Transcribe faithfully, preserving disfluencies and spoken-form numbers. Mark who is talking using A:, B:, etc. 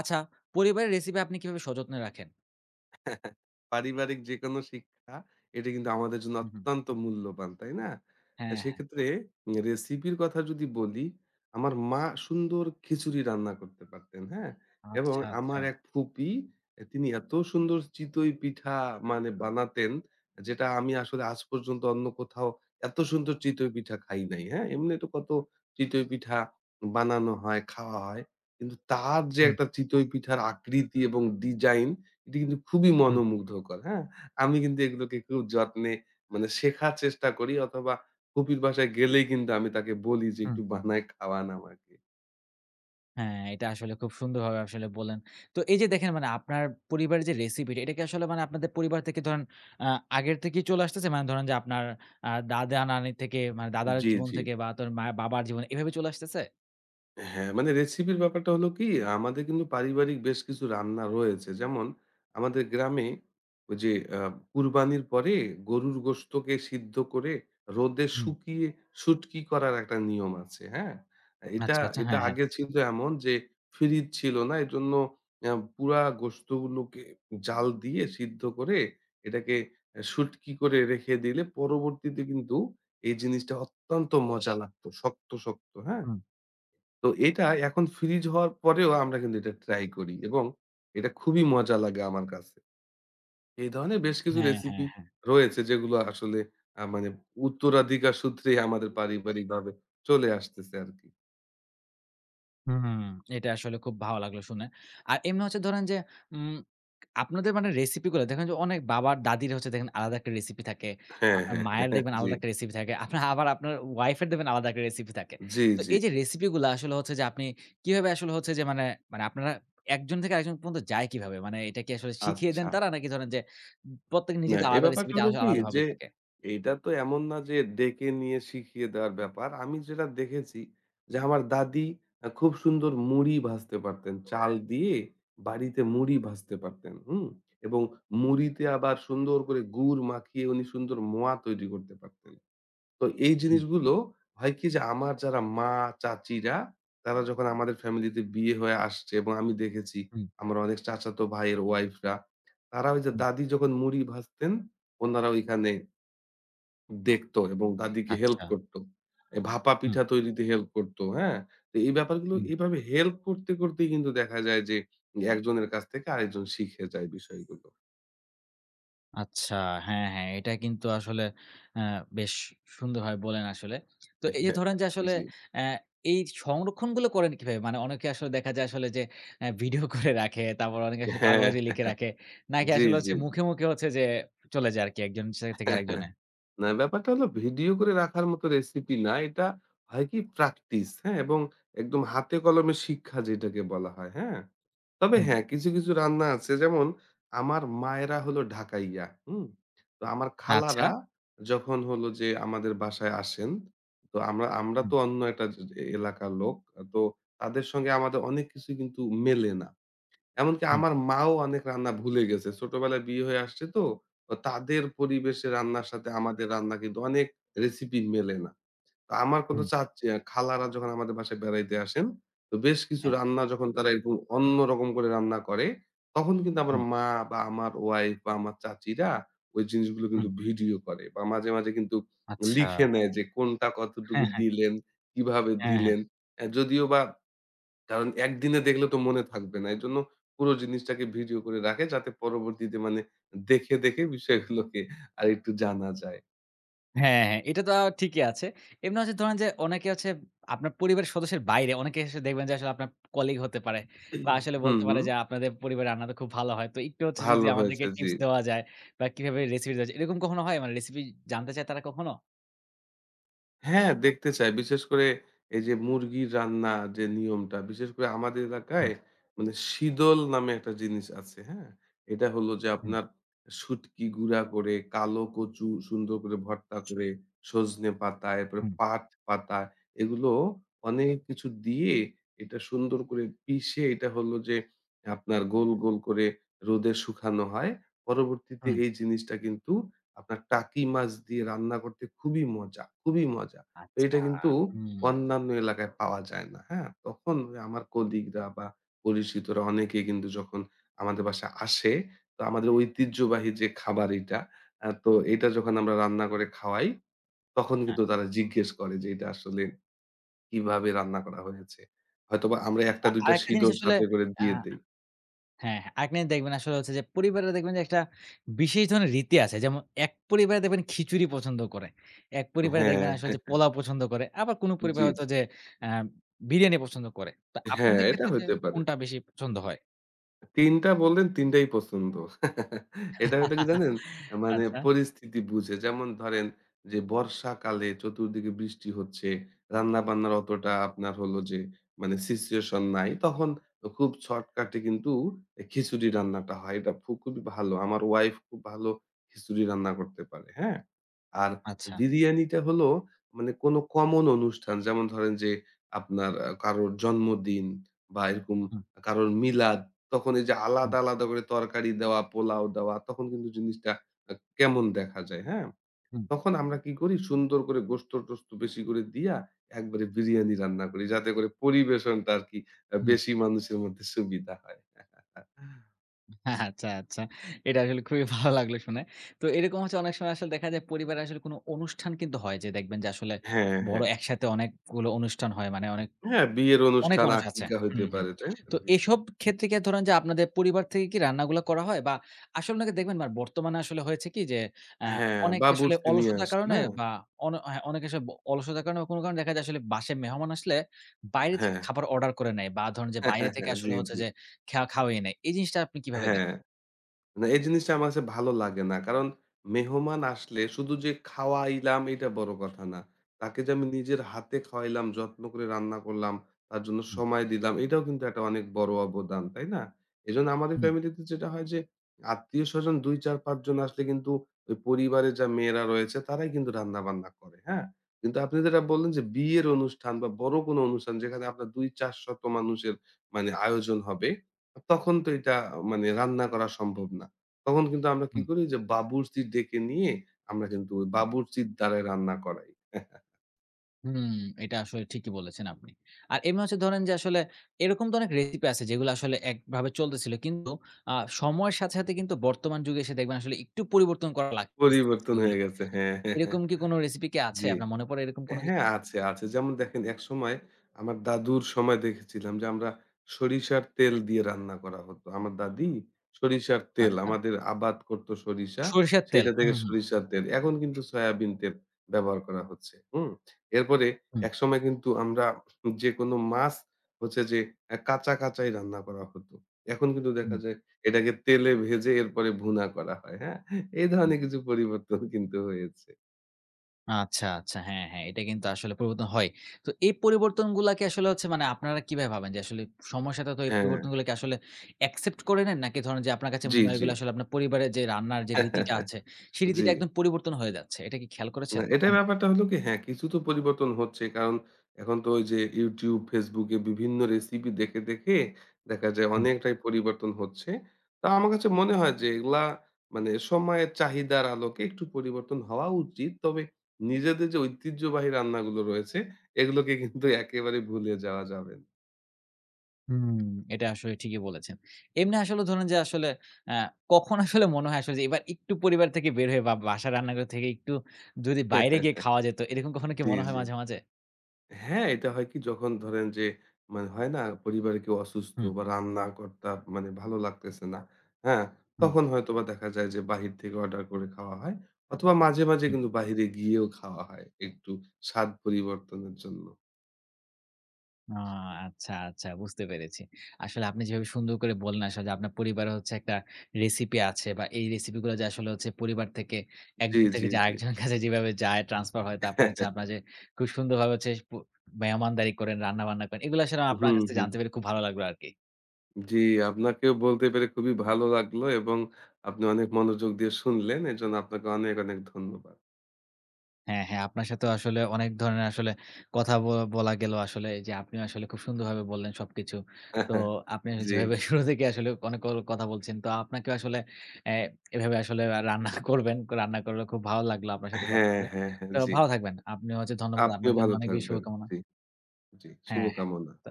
A: আচ্ছা, পরিবারের রেসিপি আপনি কিভাবে সযত্নে রাখেন?
B: পারিবারিক যেকোনো শিক্ষা এটা কিন্তু আমাদের জন্য
A: হু, হু।
B: অত্যন্ত মূল্যবান, তাই না? আ
A: হ্যাঁ, হ্যাঁ।
B: সেক্ষেত্রে রেসিপির কথা যদি বলি, আমার মা সুন্দর খিচুড়ি রান্না করতে পারতেন, হ্যাঁ? এবং
A: আচ্ছা, আচ্ছা।
B: আমার এক ফুপি, এ তিনি এত সুন্দর চিতই পিঠা মানে বানাতেন, যেটা আমি আসলে আজ পর্যন্ত অন্য কোথাও এত সুন্দর চিতই পিঠা খাই নাই, হ্যাঁ? এমনি তো কত চিতই পিঠা বানানো হয়, খাওয়া হয়। কিন্তু তার যে
A: হুম,
B: একটা চিতই পিঠার আকৃতি এবং ডিজাইন, এটি কিন্তু খুবই
A: হুম,
B: মনোমুগ্ধকর, হ্যাঁ? আমি কিন্তু এগুলোকে খুব যত্নে মানে শেখার চেষ্টা করি, অথবা ফুপির বাসায় গেলেই কিন্তু আমি তাকে বলি যে,
A: হুম।
B: "একটু বানায় খাওয়ান আমাকে।"
A: হ্যাঁ, এটা আসলে খুব সুন্দরভাবে আসলে বললেন। তো এই যে দেখেন মানে আপনার পরিবারের যে রেসিপিটা এটা কি আসলে মানে আপনাদের পরিবার থেকে ধরেন আ আগের থেকেই চলে আসতেছে? মানে ধরেন যে আপনার আ দাদা-নানি থেকে মানে দাদার
B: জি,
A: জীবন
B: জি।
A: থেকে বা তোর মা বাবার জীবন এভাবে চলে আসতেছে?
B: হ্যাঁ, মানে রেসিপির ব্যাপারটা হলো কি, আমাদের কিন্তু পারিবারিক বেশ কিছু রান্না রয়েছে। যেমন আমাদের গ্রামে ওই যে আ কুরবানির পরে গরুর গোশতকে সিদ্ধ করে রোদে
A: হুম।
B: শুকিয়ে শুটকি করার একটা নিয়ম আছে, হ্যাঁ? এটা,
A: আচ্ছা, আচ্ছা।
B: এটা
A: হ্যাঁ, হ্যাঁ।
B: আগে ছিল এমন যে ফ্রিজ ছিল না। এজন্য আ পুরা গোশতগুলোকে জাল দিয়ে সিদ্ধ করে এটাকে আ শুটকি করে রেখে দিলে পরবর্তীতে কিন্তু এই জিনিসটা অত্যন্ত মজা লাগতো। শক্ত, শক্ত, হ্যাঁ?
A: হুম।
B: তো এটা এখন ফ্রিজ হওয়ার পরেও আমরা কিন্তু এটা ট্রাই করি, এবং এটা খুবই মজা লাগে আমার কাছে। এই ধরনের বেশ কিছু
A: হ্যাঁ, হ্যাঁ,
B: রেসিপি
A: হ্যাঁ।
B: রয়েছে যেগুলো আসলে আ মানে উত্তরাধিকার সূত্রেই আমাদের পারিবারিকভাবে চলে আসতেছে আরকি।
A: হুম, এটা আসলে খুব ভালো লাগলো শুনে। আর এমনি হচ্ছে ধরেন যে উম আপনাদের মানে রেসিপিগুলা দেখেন যে অনেক বাবার দাদির হচ্ছে দেখেন আলাদা একটা রেসিপি থাকে।
B: হ্যাঁ,
A: আপনার
B: হ্যাঁ।
A: মায়ের
B: হ্যাঁ,
A: দেখবেন
B: জি,
A: আলাদা একটা রেসিপি থাকে। আপনার আবার আপনার ওয়াইফের দেখবেন আলাদা একটা রেসিপি থাকে।
B: জি,
A: তো
B: জি।
A: এই যে রেসিপিগুলা আসলে হচ্ছে যে আপনি কিভাবে আসলে হচ্ছে যে মানে, মানে আপনারা একজন থেকে আরেকজন পর্যন্ত যায় কিভাবে? মানে এটা কি আসলে শিখিয়ে দেন
B: আচ্ছা।
A: তারা নাকি ধরেন যে প্রত্যেকে
B: না,
A: নিজেদের
B: এই
A: আলাদা
B: ব্যাপারটা
A: রেসিপিটা
B: হলো
A: আসলে
B: কি, যে
A: আলাদাভাবেই থাকে?
B: এইটা তো এমন না যে ডেকে নিয়ে শিখিয়ে দেওয়ার ব্যাপার। আমি যেটা দেখেছি যে আমার দাদি আ খুব সুন্দর মুড়ি ভাজতে পারতেন। চাল রাইট। দিয়ে বাড়িতে মুড়ি ভাজতে পারতেন, হুম? এবং মুড়িতে আবার সুন্দর করে গুড় মাখিয়ে উনি সুন্দর মোয়া তৈরি করতে পারতেন। তো এই
A: হুম,
B: জিনিসগুলো হয় কি যে আমার যারা মা, চাচিরা তারা যখন আমাদের ফ্যামিলিতে বিয়ে হয়ে আসছে, এবং আমি দেখেছি
A: হুম,
B: আমার অনেক চাচাতো ভাইয়ের ওয়াইফরা, তারা ওই যে
A: হুম।
B: দাদি যখন মুড়ি ভাজতেন ওনারা ওইখানে দেখতো এবং দাদিকে হেল্প
A: আচ্ছা।
B: করত। এ ভাপা
A: হুম,
B: পিঠা তৈরিতে হেল্প করত, হ্যাঁ? তো এই ব্যাপারগুলো
A: হুম।
B: এভাবে হেল্প করতে, করতেই কিন্তু দেখা যায় যে একজনের কাছ থেকে আরেকজন শিখে যায় বিষয়গুলো।
A: আচ্ছা। হ্যাঁ, হ্যাঁ। এটা কিন্তু আসলে অ্যা বেশ সুন্দরভাবে বললেন আসলে। তো এই যে ধরেন যে আসলে
B: জি।
A: অ্যা এই সংরক্ষণগুলো করেন কিভাবে? মানে অনেকে আসলে দেখা যায় আসলে যে অ্যা ভিডিও করে রাখে, তারপর অনেকে আসলে
B: হ্যাঁ,
A: কাগজে লিখে রাখে। নাকি
B: জি,
A: আসলে
B: জি,
A: হচ্ছে মুখে, মুখে হচ্ছে যে চলে যায় আরকি একজন সে থেকে
B: জি।
A: আরেকজনে?
B: না, ব্যাপারটা হলো ভিডিও করে রাখার মতো রেসিপি না। এটা হয় কি প্র্যাকটিস, হ্যাঁ? এবং একদম হাতে কলমে শিক্ষা যেটাকে বলা হয়, হ্যাঁ? তবে
A: হুম।
B: হ্যাঁ, কিছু, কিছু রান্না আছে। যেমন আমার মায়েরা হলো ঢাকাইয়া, হুম? তো আমার
A: আচ্ছা।
B: খালারা যখন হলো যে আমাদের বাসায় আসেন, তো আমরা আমরা
A: হুম,
B: তো অন্য একটা যে এলাকার লোক। তো তাদের সঙ্গে আমাদের অনেক কিছু কিন্তু মেলে না। এমনকি
A: হুম,
B: আমার মাও অনেক রান্না ভুলে গেছে। ছোটবেলায় বিয়ে হয়ে আসছে তো, তো তাদের পরিবেশে রান্নার সাথে আমাদের রান্না কিন্তু অনেক রেসিপি মেলে না। তো আমার কোনো
A: হুম।
B: চাচী আ খালারা যখন আমাদের বাসায় বেড়াইতে আসেন, তো বেশ কিছু
A: হ্যাঁ,
B: রান্না যখন তারা এরকম অন্যরকম করে রান্না করে, তখন কিন্তু আমার
A: হুম,
B: মা বা আমার ওয়াইফ বা আমার চাচীরা ওই জিনিসগুলো কিন্তু
A: হুম।
B: ভিডিও করে, বা মাঝে, মাঝে কিন্তু
A: আচ্ছা।
B: লিখে নেয় যে কোনটা কতটুকু
A: হ্যাঁ, হ্যাঁ।
B: দিলেন, কিভাবে
A: হ্যাঁ, হ্যাঁ।
B: দিলেন। অ্যা যদিও বা, কারণ একদিনে দেখলে তো মনে থাকবে না। এজন্য পুরো জিনিসটাকে ভিডিও করে রাখে, যাতে পরবর্তীতে মানে দেখে, দেখে বিষয়গুলোকে আরেকটু জানা যায়।
A: হ্যাঁ, হ্যাঁ, এটা তো ঠিকই আছে। এমনি হচ্ছে ধরেন যে অনেকে হচ্ছে আপনার পরিবারের সদস্যের বাইরে অনেকে এসে দেখবেন যে আসলে আপনার কলিগ হতে পারে। বা আসলে
B: হুম,
A: বলতে পারে
B: হুম।
A: যে আপনাদের পরিবারের রান্নাটা খুব ভালো হয়। তো একটু হচ্ছে যে,
B: ভালো
A: যে আমাদেরকে
B: হয়েছে। জি।
A: টিপস দেওয়া যায় বা কিভাবে রেসিপি দেওয়া যায়। এরকম কখনো হয়? মানে রেসিপি জানতে চায় তারা কখনো?
B: হ্যাঁ, দেখতে চাই। বিশেষ করে এই যে মুরগির রান্না যে নিয়মটা, বিশেষ করে আমাদের
A: হুম,
B: এলাকায় মানে শীদল নামে একটা জিনিস আছে, হ্যাঁ? এটা হলো যে
A: হুম,
B: আপনার শুটকি গুঁড়া করে, কালো কচু সুন্দর করে ভর্তা করে, সজনে পাতা, এরপরে
A: হুম,
B: পাট পাতা, এগুলো অনেক কিছু দিয়ে এটা সুন্দর করে পিষে এটা হলো যে আপনার গোল, গোল করে রোদে শুকানো হয়। পরবর্তীতে
A: হুম।
B: এই জিনিসটা কিন্তু আপনার টাকি মাছ দিয়ে রান্না করতে খুবই মজা, খুবই মজা। তো এটা
A: আচ্ছা।
B: কিন্তু
A: হুম।
B: অন্যান্য এলাকায় পাওয়া যায় না, হ্যাঁ? তখন ওই আমার কলিগরা বা পরিচিতরা অনেকে কিন্তু যখন আমাদের বাসায় আসে, তো আমাদের ঐতিহ্যবাহী যে খাবার এটা, আ তো এটা যখন আমরা রান্না করে খাওয়াই, তখন
A: হ্যাঁ।
B: কিন্তু তারা জিজ্ঞেস করে যে এটা আসলে কিভাবে রান্না করা হয়েছে। হয়তোবা আমরা এক
A: আচ্ছা
B: টা দুই টা
A: আরেকটা জিনিস
B: সিদল
A: আসলে
B: সাথে করে
A: আ
B: দিয়ে দেই।
A: হ্যাঁ, হ্যাঁ। আগ্নেয় দেখবেন আসলে হচ্ছে যে পরিবারে দেখবেন যে একটা বিশেষ ধরনের রীতি আছে। যেমন এক পরিবারে দেখবেন খিচুড়ি পছন্দ করে। এক পরিবারে
B: হ্যাঁ,
A: দেখবেন আসলে
B: হ্যাঁ,
A: যে
B: হ্যাঁ।
A: পোলাও পছন্দ করে। আবার কোন পরিবার
B: জি,
A: হয়তো
B: জি।
A: যে অ্যা বিরিয়ানি পছন্দ করে। তো
B: হ্যাঁ,
A: আপনাদের
B: এটা
A: ক্ষেত্রে যে
B: হইতে পারে।
A: কোনটা বেশি পছন্দ হয়?
B: তিন টা বললেন, তিন টাই পছন্দ। এটা হলো কি জানেন? মানে
A: আচ্ছা,
B: পরিস্থিতি বুঝে। যেমন ধরেন যে বর্ষাকালে চতুর্দিকে বৃষ্টি হচ্ছে, রান্নাবান্নার অতটা আপনার হলো যে মানে সিচুয়েশন নাই। তখন খুব শর্টকাটে কিন্তু এ খিচুড়ি রান্নাটা হয়। এটা ফু খুবই ভালো। আমার ওয়াইফ খুব ভালো খিচুড়ি রান্না করতে পারে, হ্যাঁ? আর
A: আচ্ছা।
B: বিরিয়ানিটা হলো মানে কোনো কমন অনুষ্ঠান, যেমন ধরেন যে আপনার আ কারোর জন্মদিন বা এরকম
A: হুম,
B: কারোর মিলাদ, তখন এই যে
A: হুম,
B: আলাদা, আলাদা করে তরকারি দেওয়া, পোলাও দেওয়া, তখন কিন্তু জিনিসটা আ কেমন দেখা যায়, হ্যাঁ?
A: হুম,
B: তখন আমরা কি করি, সুন্দর করে গোশত-টোস্ত বেশি করে দিয়া একবারে বিরিয়ানি রান্না করি। যাতে করে পরিবেশনটা আরকি আ
A: হুম।
B: বেশি মানুষের মধ্যে সুবিধা হয়।
A: আচ্ছা, আচ্ছা। এটা আসলে খুবই ভালো লাগলো শুনে। তো এরকম হচ্ছে অনেক সময় আসলে দেখা যায় পরিবারে আসলে কোন অনুষ্ঠান কিন্তু হয় যে দেখবেন যে আসলে
B: হ্যাঁ,
A: বড়
B: হ্যাঁ।
A: একসাথে অনেকগুলো অনুষ্ঠান হয়। মানে অনেক
B: হ্যাঁ, বিয়ের
A: অনেক
B: অনুষ্ঠান,
A: মানুষ আছে।
B: আকিকা হইতে
A: হুম, হুম।
B: পারে, তাই না?
A: তো
B: জি।
A: এসব ক্ষেত্রে কি ধরেন যে আপনাদের পরিবার থেকে কি রান্নাগুলা করা হয়? বা আসলে নাকি দেখবেন বা বর্তমানে আসলে হয়েছে কি যে অ্যা
B: হ্যাঁ,
A: অনেকে আসলে
B: বাবুর্চি নিয়ে
A: অলসতার
B: আসে
A: কারণে
B: না?
A: বা অন হ্যাঁ, অনেকে আসলে ব অলসতার কারণে বা কোনো কারণে দেখা যায় আসলে বাসায় মেহমান আসলে বাইরে থেকে
B: হ্যাঁ।
A: খাবার অর্ডার করে নেয় বা ধরেন যে বাইরে থেকে
B: জি,
A: আসলে হচ্ছে
B: জি।
A: যে খা খাওয়াইয়ে নেয়। এই জিনিসটা আপনি কিভাবে
B: হ্যাঁ।
A: দেখেন?
B: না, এই জিনিসটা আমার কাছে ভালো লাগে না। কারণ মেহমান আসলে শুধু যে খাওয়াইলাম এটা বড় কথা না। তাকে যে আমি নিজের হাতে খাওয়াইলাম, যত্ন করে রান্না করলাম, তার জন্য
A: হুম,
B: সময় দিলাম, এটাও কিন্তু একটা অনেক বড় অবদান, তাই না? এজন্য আমাদের
A: হুম,
B: ফ্যামিলিতে যেটা হয় যে আত্মীয়স্বজন দুই, চার, পাঁচ জন আসলে কিন্তু ওই পরিবারের যা মেয়েরা রয়েছে তারাই কিন্তু রান্না-বান্না করে, হ্যাঁ? কিন্তু আপনি যেটা বললেন যে বিয়ের অনুষ্ঠান বা বড় কোনো অনুষ্ঠান, যেখানে আপনার দুই, চার শত মানুষের মানে আয়োজন হবে, তখন তো এটা মানে রান্না করা সম্ভব না। তখন কিন্তু আমরা কি
A: হুম।
B: করি যে বাবুর্চি ডেকে নিয়ে আমরা কিন্তু ওই বাবুর্চির দ্বারাই রান্না করাই।
A: হুম, এটা আসলে ঠিকই বলেছেন আপনি। আর এমনি হচ্ছে ধরেন যে আসলে এরকম তো অনেক রেসিপি আছে যেগুলো আসলে একভাবে চলতেছিল। কিন্তু আ সময়ের সাথে, সাথে কিন্তু বর্তমান যুগে এসে দেখবেন আসলে একটু পরিবর্তন করা লাগতেছে
B: পরিবর্তন হয়ে
A: রেসিপিগুলোতে।
B: গেছে। হ্যাঁ, হ্যাঁ, হ্যাঁ।
A: এরকম কি কোনো রেসিপি কি আছে?
B: জি।
A: আপনার মনে পড়ে এরকম কোনো
B: হ্যাঁ,
A: কিছু?
B: আছে, আছে। যেমন দেখেন একসময় আমার দাদুর সময় দেখেছিলাম যে আমরা সরিষার তেল দিয়ে রান্না করা হতো। আমার দাদি সরিষার তেল,
A: আচ্ছা।
B: আমাদের আবাদ করত সরিষা,
A: সরিষার তেল।
B: সেইটা থেকে
A: হুম, হুম,
B: সরিষার তেল। এখন কিন্তু সয়াবিন তেল ব্যবহার করা হচ্ছে। হুম? এরপরে
A: হুম,
B: একসময় কিন্তু আমরা যেকোনো মাছ হচ্ছে যে অ্যা কাঁচা, কাঁচাই রান্না করা হতো। এখন কিন্তু
A: হুম।
B: দেখা যায় এটাকে তেলে ভেজে এরপরে ভুনা করা হয়। হ্যাঁ? এই ধরনের কিছু পরিবর্তন কিন্তু হয়েছে।
A: আচ্ছা, আচ্ছা। হ্যাঁ, হ্যাঁ। এটা কিন্তু আসলে পরিবর্তন হয়। তো এই পরিবর্তনগুলাকে আসলে হচ্ছে মানে আপনারা কিভাবে ভাবেন যে আসলে সময়ের সাথে তো এই
B: হ্যাঁ।
A: পরিবর্তনগুলোকে আসলে অ্যাকসেপ্ট করে নেন? নাকি ধরেন যে আপনার কাছে
B: জি,
A: মনে হয়
B: জি।
A: এগুলো আসলে আপনার পরিবারের যে রান্নার যে রীতিটা আছে, সেই
B: জি।
A: রীতিটা একদম পরিবর্তন হয়ে যাচ্ছে। এটা কি খেয়াল
B: না,
A: করেছেন
B: এটার
A: কখনো?
B: ব্যাপারটা হলো কি, হ্যাঁ, কিছু তো পরিবর্তন হচ্ছে। কারণ এখন তো ওই যে YouTube, Facebook এ বিভিন্ন রেসিপি দেখে, দেখে দেখা যায়
A: হুম,
B: অনেকটাই পরিবর্তন হচ্ছে। তা আমার কাছে মনে হয় যে এগুলা মানে সময়ের চাহিদার আলোকে একটু পরিবর্তন হওয়া উচিত। তবে নিজেদের যে ঐতিহ্যবাহী রান্নাগুলো রয়েছে, এগুলোকে কিন্তু একেবারে ভুলে যাওয়া যাবে না।
A: হুম, এটা আসলে ঠিকই বলেছেন। এমনি আসলে ধরেন যে আসলে আ কখন আসলে মনে হয় আসলে যে এবার একটু পরিবার থেকে বের হয়ে বা বাসার রান্নাঘর থেকে একটু যদি বাইরে গিয়ে খাওয়া যেত, এরকম কখনো কি
B: জি,
A: মনে হয়
B: জি।
A: মাঝে, মাঝে?
B: হ্যাঁ, এটা হয় কি, যখন ধরেন যে মানে হয় না পরিবারে কেউ অসুস্থ
A: হুম,
B: বা রান্নাকর্তা মানে ভালো লাগতেছে না। হ্যাঁ?
A: হুম,
B: তখন হয়তোবা দেখা যায় যে বাহির থেকে অর্ডার করে খাওয়া হয়। অথবা মাঝে, মাঝে
A: হুম।
B: কিন্তু বাহিরে গিয়েও খাওয়া হয় একটু স্বাদ পরিবর্তনের জন্য।
A: আ আচ্ছা, আচ্ছা বুঝতে পেরেছি। আসলে আপনি যেভাবে সুন্দর করে বললেন আসলে যে আপনার পরিবারে হচ্ছে একটা রেসিপি আছে বা এই রেসিপি গুলো যে আসলে হচ্ছে পরিবার থেকে
B: জি,
A: একজন থেকে
B: জি,
A: যে
B: জি।
A: আরেকজনের কাছে যেভাবে যায় ট্রান্সফার হয়। তারপর হচ্ছে আপনার যে খুব সুন্দরভাবে হচ্ছে পু মেহমানদারি করেন, রান্না-বান্না করেন। এগুলো আসলে আপনার
B: হুম,
A: কাছ থেকে
B: হুম।
A: জানতে পেরে খুব ভালো লাগলো আরকি।
B: জি, আপনাকেও বলতে পেরে খুবই ভালো লাগলো, এবং আপনি অনেক মনোযোগ দিয়ে শুনলেন। এজন্য আপনাকে অনেক, অনেক ধন্যবাদ।
A: হ্যাঁ, হ্যাঁ। আপনার সাথেও আসলে অনেক ধরনের আসলে কথা ব বলা গেল আসলে এই যে আপনি আসলে খুব সুন্দরভাবে বললেন সবকিছু। তো আপনি
B: জি।
A: যেভাবে শুরু থেকে আসলে অনেক ক কথা বলছেন। তো আপনাকে আসলে অ্যা এভাবে আসলে রান্না করবেন। রান্না করলে খুব ভালো লাগলো আপনার সাথে কথা
B: হ্যাঁ,
A: বলে।
B: হ্যাঁ, হ্যাঁ।
A: তো
B: জি।
A: ভালো থাকবেন। আপনি হচ্ছে ধন্যবাদ।
B: আপনিও
A: আপনার জন্য
B: ভালো
A: অনেক বেশি
B: থাকবেন।
A: শুভকামনা।
B: জি। জি,
A: হ্যাঁ, হ্যাঁ।
B: শুভকামনা।
A: তো